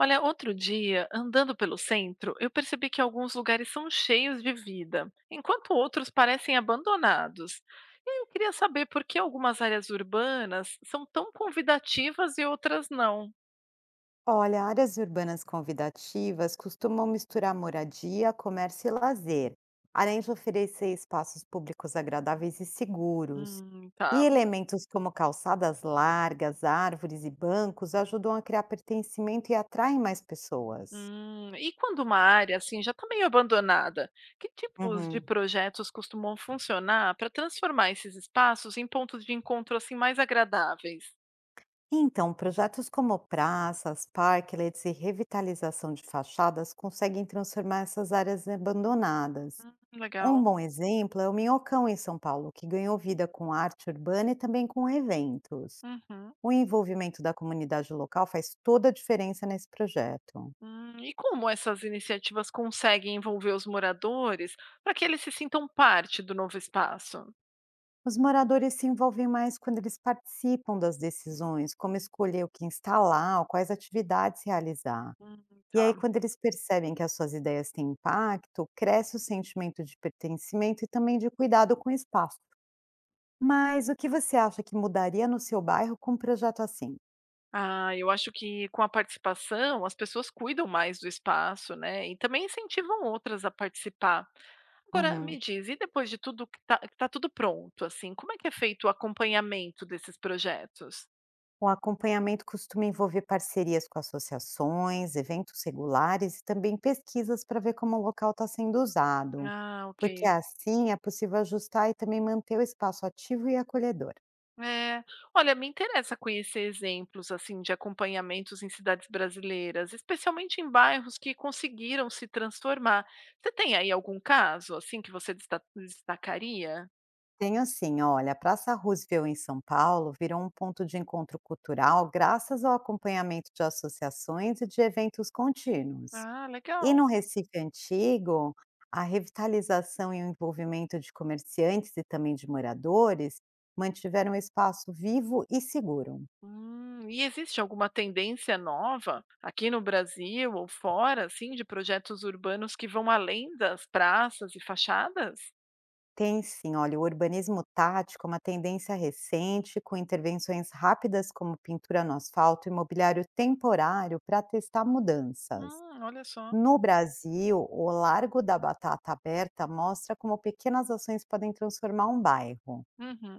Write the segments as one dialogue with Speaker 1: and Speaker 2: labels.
Speaker 1: Olha, outro dia, andando pelo centro, eu percebi que alguns lugares são cheios de vida, enquanto outros parecem abandonados. E eu queria saber por que algumas áreas urbanas são tão convidativas e outras não.
Speaker 2: Olha, áreas urbanas convidativas costumam misturar moradia, comércio e lazer, além de oferecer espaços públicos agradáveis e seguros. E
Speaker 1: Tá.
Speaker 2: elementos como calçadas largas, árvores e bancos ajudam a criar pertencimento e atraem mais pessoas.
Speaker 1: E quando uma área assim já está meio abandonada, que tipos de
Speaker 2: Uhum.
Speaker 1: projetos costumam funcionar para transformar esses espaços em pontos de encontro assim mais agradáveis?
Speaker 2: Então, projetos como praças, parklets e revitalização de fachadas conseguem transformar essas áreas abandonadas. Um
Speaker 1: Legal.
Speaker 2: bom exemplo é o Minhocão em São Paulo, que ganhou vida com arte urbana e também com eventos.
Speaker 1: Uhum.
Speaker 2: O envolvimento da comunidade local faz toda a diferença nesse projeto.
Speaker 1: E como essas iniciativas conseguem envolver os moradores para que eles se sintam parte do novo espaço?
Speaker 2: Os moradores se envolvem mais quando eles participam das decisões, como escolher o que instalar ou quais atividades realizar.
Speaker 1: Hum,
Speaker 2: E
Speaker 1: tá.
Speaker 2: aí, quando eles percebem que as suas ideias têm impacto, cresce o sentimento de pertencimento e também de cuidado com o espaço. Mas o que você acha que mudaria no seu bairro com um projeto assim?
Speaker 1: Ah, eu acho que com a participação as pessoas cuidam mais do espaço, né? E também incentivam outras a participar. Agora, me
Speaker 2: Uhum.
Speaker 1: diz, e depois de tudo que tá tudo pronto, assim, como é que é feito o acompanhamento desses projetos?
Speaker 2: O acompanhamento costuma envolver parcerias com associações, eventos regulares e também pesquisas para ver como o local está sendo usado,
Speaker 1: Ah,
Speaker 2: porque
Speaker 1: ok.
Speaker 2: assim é possível ajustar e também manter o espaço ativo e acolhedor.
Speaker 1: É. Olha, me interessa conhecer exemplos assim de acompanhamentos em cidades brasileiras, especialmente em bairros que conseguiram se transformar. Você tem aí algum caso assim que você destacaria?
Speaker 2: Tenho assim, olha, a Praça Roosevelt em São Paulo virou um ponto de encontro cultural graças ao acompanhamento de associações e de eventos contínuos.
Speaker 1: Ah,
Speaker 2: E
Speaker 1: legal.
Speaker 2: no Recife antigo, a revitalização e o envolvimento de comerciantes e também de moradores mantiveram o espaço vivo e seguro.
Speaker 1: E existe alguma tendência nova aqui no Brasil ou fora, assim, de projetos urbanos que vão além das praças e fachadas?
Speaker 2: Tem sim, olha, o urbanismo tático é uma tendência recente, com intervenções rápidas como pintura no asfalto e mobiliário temporário para testar mudanças.
Speaker 1: Olha só.
Speaker 2: No Brasil, o Largo da Batata Aberta mostra como pequenas ações podem transformar um bairro.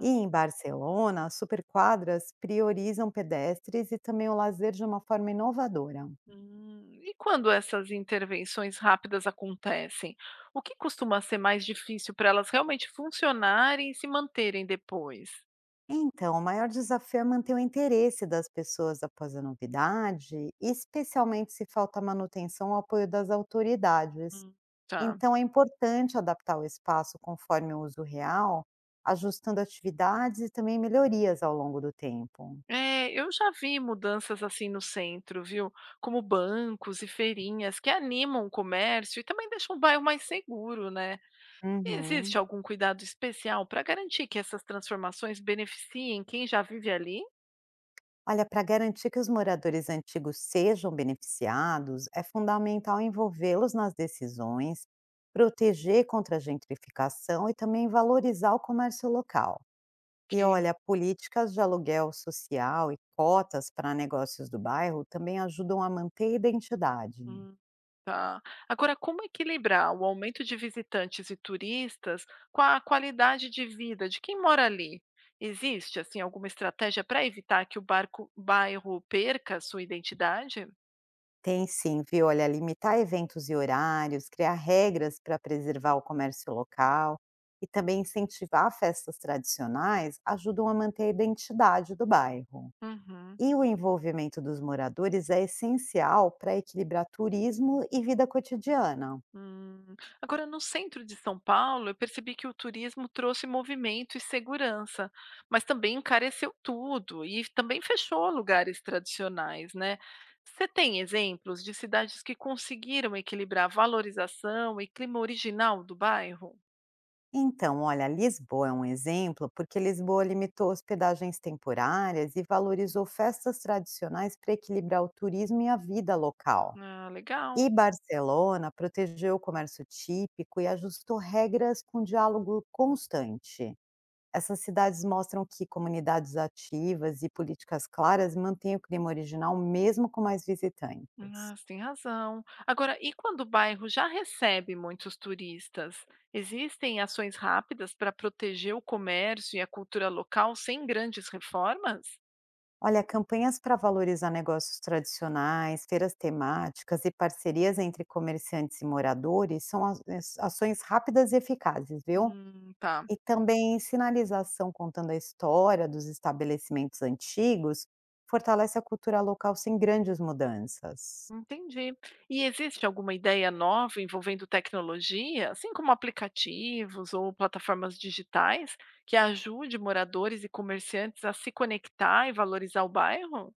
Speaker 2: E em Barcelona, superquadras priorizam pedestres e também o lazer de uma forma inovadora.
Speaker 1: E quando essas intervenções rápidas acontecem, o que costuma ser mais difícil para elas realmente funcionarem e se manterem depois?
Speaker 2: Então, o maior desafio é manter o interesse das pessoas após a novidade, especialmente se falta manutenção ou apoio das autoridades.
Speaker 1: Hum. Tá.
Speaker 2: Então, é importante adaptar o espaço conforme o uso real, ajustando atividades e também melhorias ao longo do tempo.
Speaker 1: É, eu já vi mudanças assim no centro, viu? Como bancos e feirinhas que animam o comércio e também deixam o bairro mais seguro, né? Existe
Speaker 2: Uhum.
Speaker 1: algum cuidado especial para garantir que essas transformações beneficiem quem já vive ali?
Speaker 2: Olha, para garantir que os moradores antigos sejam beneficiados, é fundamental envolvê-los nas decisões, proteger contra a gentrificação e também valorizar o comércio local. E
Speaker 1: Ok.
Speaker 2: olha, políticas de aluguel social e cotas para negócios do bairro também ajudam a manter a identidade.
Speaker 1: Hum. Tá. Agora, como equilibrar o aumento de visitantes e turistas com a qualidade de vida de quem mora ali? Existe, assim, alguma estratégia para evitar que bairro perca sua identidade?
Speaker 2: Tem sim, viu? Olha, limitar eventos e horários, criar regras para preservar o comércio local e também incentivar festas tradicionais ajudam a manter a identidade do bairro.
Speaker 1: Uhum.
Speaker 2: E o envolvimento dos moradores é essencial para equilibrar turismo e vida cotidiana.
Speaker 1: Hum, agora no centro de São Paulo, eu percebi que o turismo trouxe movimento e segurança, mas também encareceu tudo e também fechou lugares tradicionais, né? Você tem exemplos de cidades que conseguiram equilibrar a valorização e clima original do bairro?
Speaker 2: Então, olha, Lisboa é um exemplo porque Lisboa limitou hospedagens temporárias e valorizou festas tradicionais para equilibrar o turismo e a vida local.
Speaker 1: Ah,
Speaker 2: E
Speaker 1: legal.
Speaker 2: Barcelona protegeu o comércio típico e ajustou regras com diálogo constante. Essas cidades mostram que comunidades ativas e políticas claras mantêm o clima original mesmo com mais visitantes.
Speaker 1: Ah, você tem razão. Agora, e quando o bairro já recebe muitos turistas? Existem ações rápidas para proteger o comércio e a cultura local sem grandes reformas?
Speaker 2: Olha, campanhas para valorizar negócios tradicionais, feiras temáticas e parcerias entre comerciantes e moradores são ações rápidas e eficazes, viu?
Speaker 1: Tá,
Speaker 2: E também sinalização contando a história dos estabelecimentos antigos fortalece a cultura local sem grandes mudanças.
Speaker 1: entendi. E existe alguma ideia nova envolvendo tecnologia, assim como aplicativos ou plataformas digitais, que ajude moradores e comerciantes a se conectar e valorizar o bairro?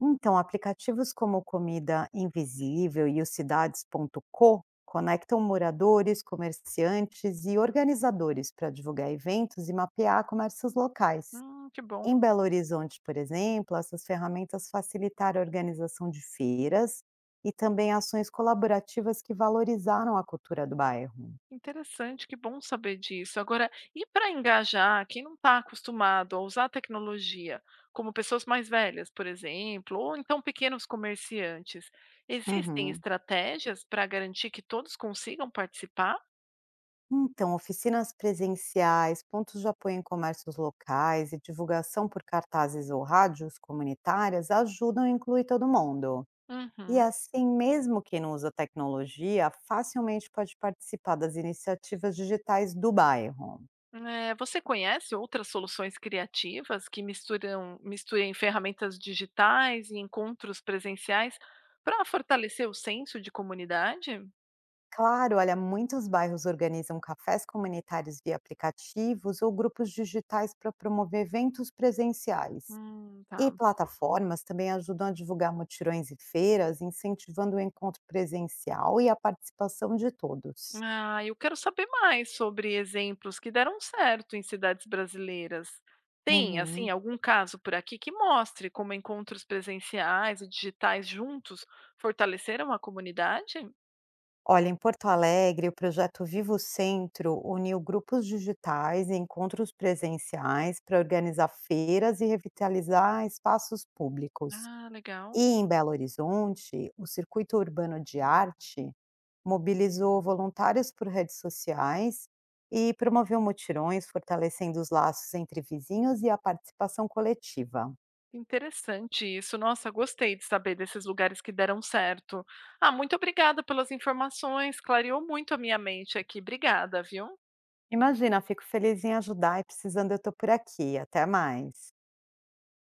Speaker 2: Então, aplicativos como Comida Invisível e o Cidades.co conectam moradores, comerciantes e organizadores para divulgar eventos e mapear comércios locais.
Speaker 1: Que
Speaker 2: Em
Speaker 1: bom,
Speaker 2: Belo Horizonte, por exemplo, essas ferramentas facilitaram a organização de feiras e também ações colaborativas que valorizaram a cultura do bairro.
Speaker 1: interessante, que bom saber disso. Agora, e para engajar quem não está acostumado a usar a tecnologia, como pessoas mais velhas, por exemplo, ou então pequenos comerciantes, existem
Speaker 2: Uhum.
Speaker 1: estratégias para garantir que todos consigam participar?
Speaker 2: Então, oficinas presenciais, pontos de apoio em comércios locais e divulgação por cartazes ou rádios comunitárias ajudam a incluir todo mundo. E
Speaker 1: Uhum.
Speaker 2: assim, mesmo quem não usa tecnologia, facilmente pode participar das iniciativas digitais do bairro.
Speaker 1: Você conhece outras soluções criativas que misturam misturem ferramentas digitais e encontros presenciais para fortalecer o senso de comunidade?
Speaker 2: Claro, olha, muitos bairros organizam cafés comunitários via aplicativos ou grupos digitais para promover eventos presenciais. E
Speaker 1: Tá.
Speaker 2: plataformas também ajudam a divulgar mutirões e feiras, incentivando o encontro presencial e a participação de todos.
Speaker 1: Ah, eu quero saber mais sobre exemplos que deram certo em cidades brasileiras. Tem, assim,
Speaker 2: Uhum.
Speaker 1: algum caso por aqui que mostre como encontros presenciais e digitais juntos fortaleceram a comunidade?
Speaker 2: Olha, em Porto Alegre, o projeto Vivo Centro uniu grupos digitais e encontros presenciais para organizar feiras e revitalizar espaços públicos.
Speaker 1: Ah,
Speaker 2: E
Speaker 1: legal.
Speaker 2: em Belo Horizonte, o Circuito Urbano de Arte mobilizou voluntários por redes sociais e promoveu mutirões, fortalecendo os laços entre vizinhos e a participação coletiva.
Speaker 1: Interessante isso. Nossa, gostei de saber desses lugares que deram certo. Ah, muito obrigada pelas informações, clareou muito a minha mente aqui. Obrigada, viu?
Speaker 2: Imagina, fico feliz em ajudar e precisando eu estou por aqui. Até mais.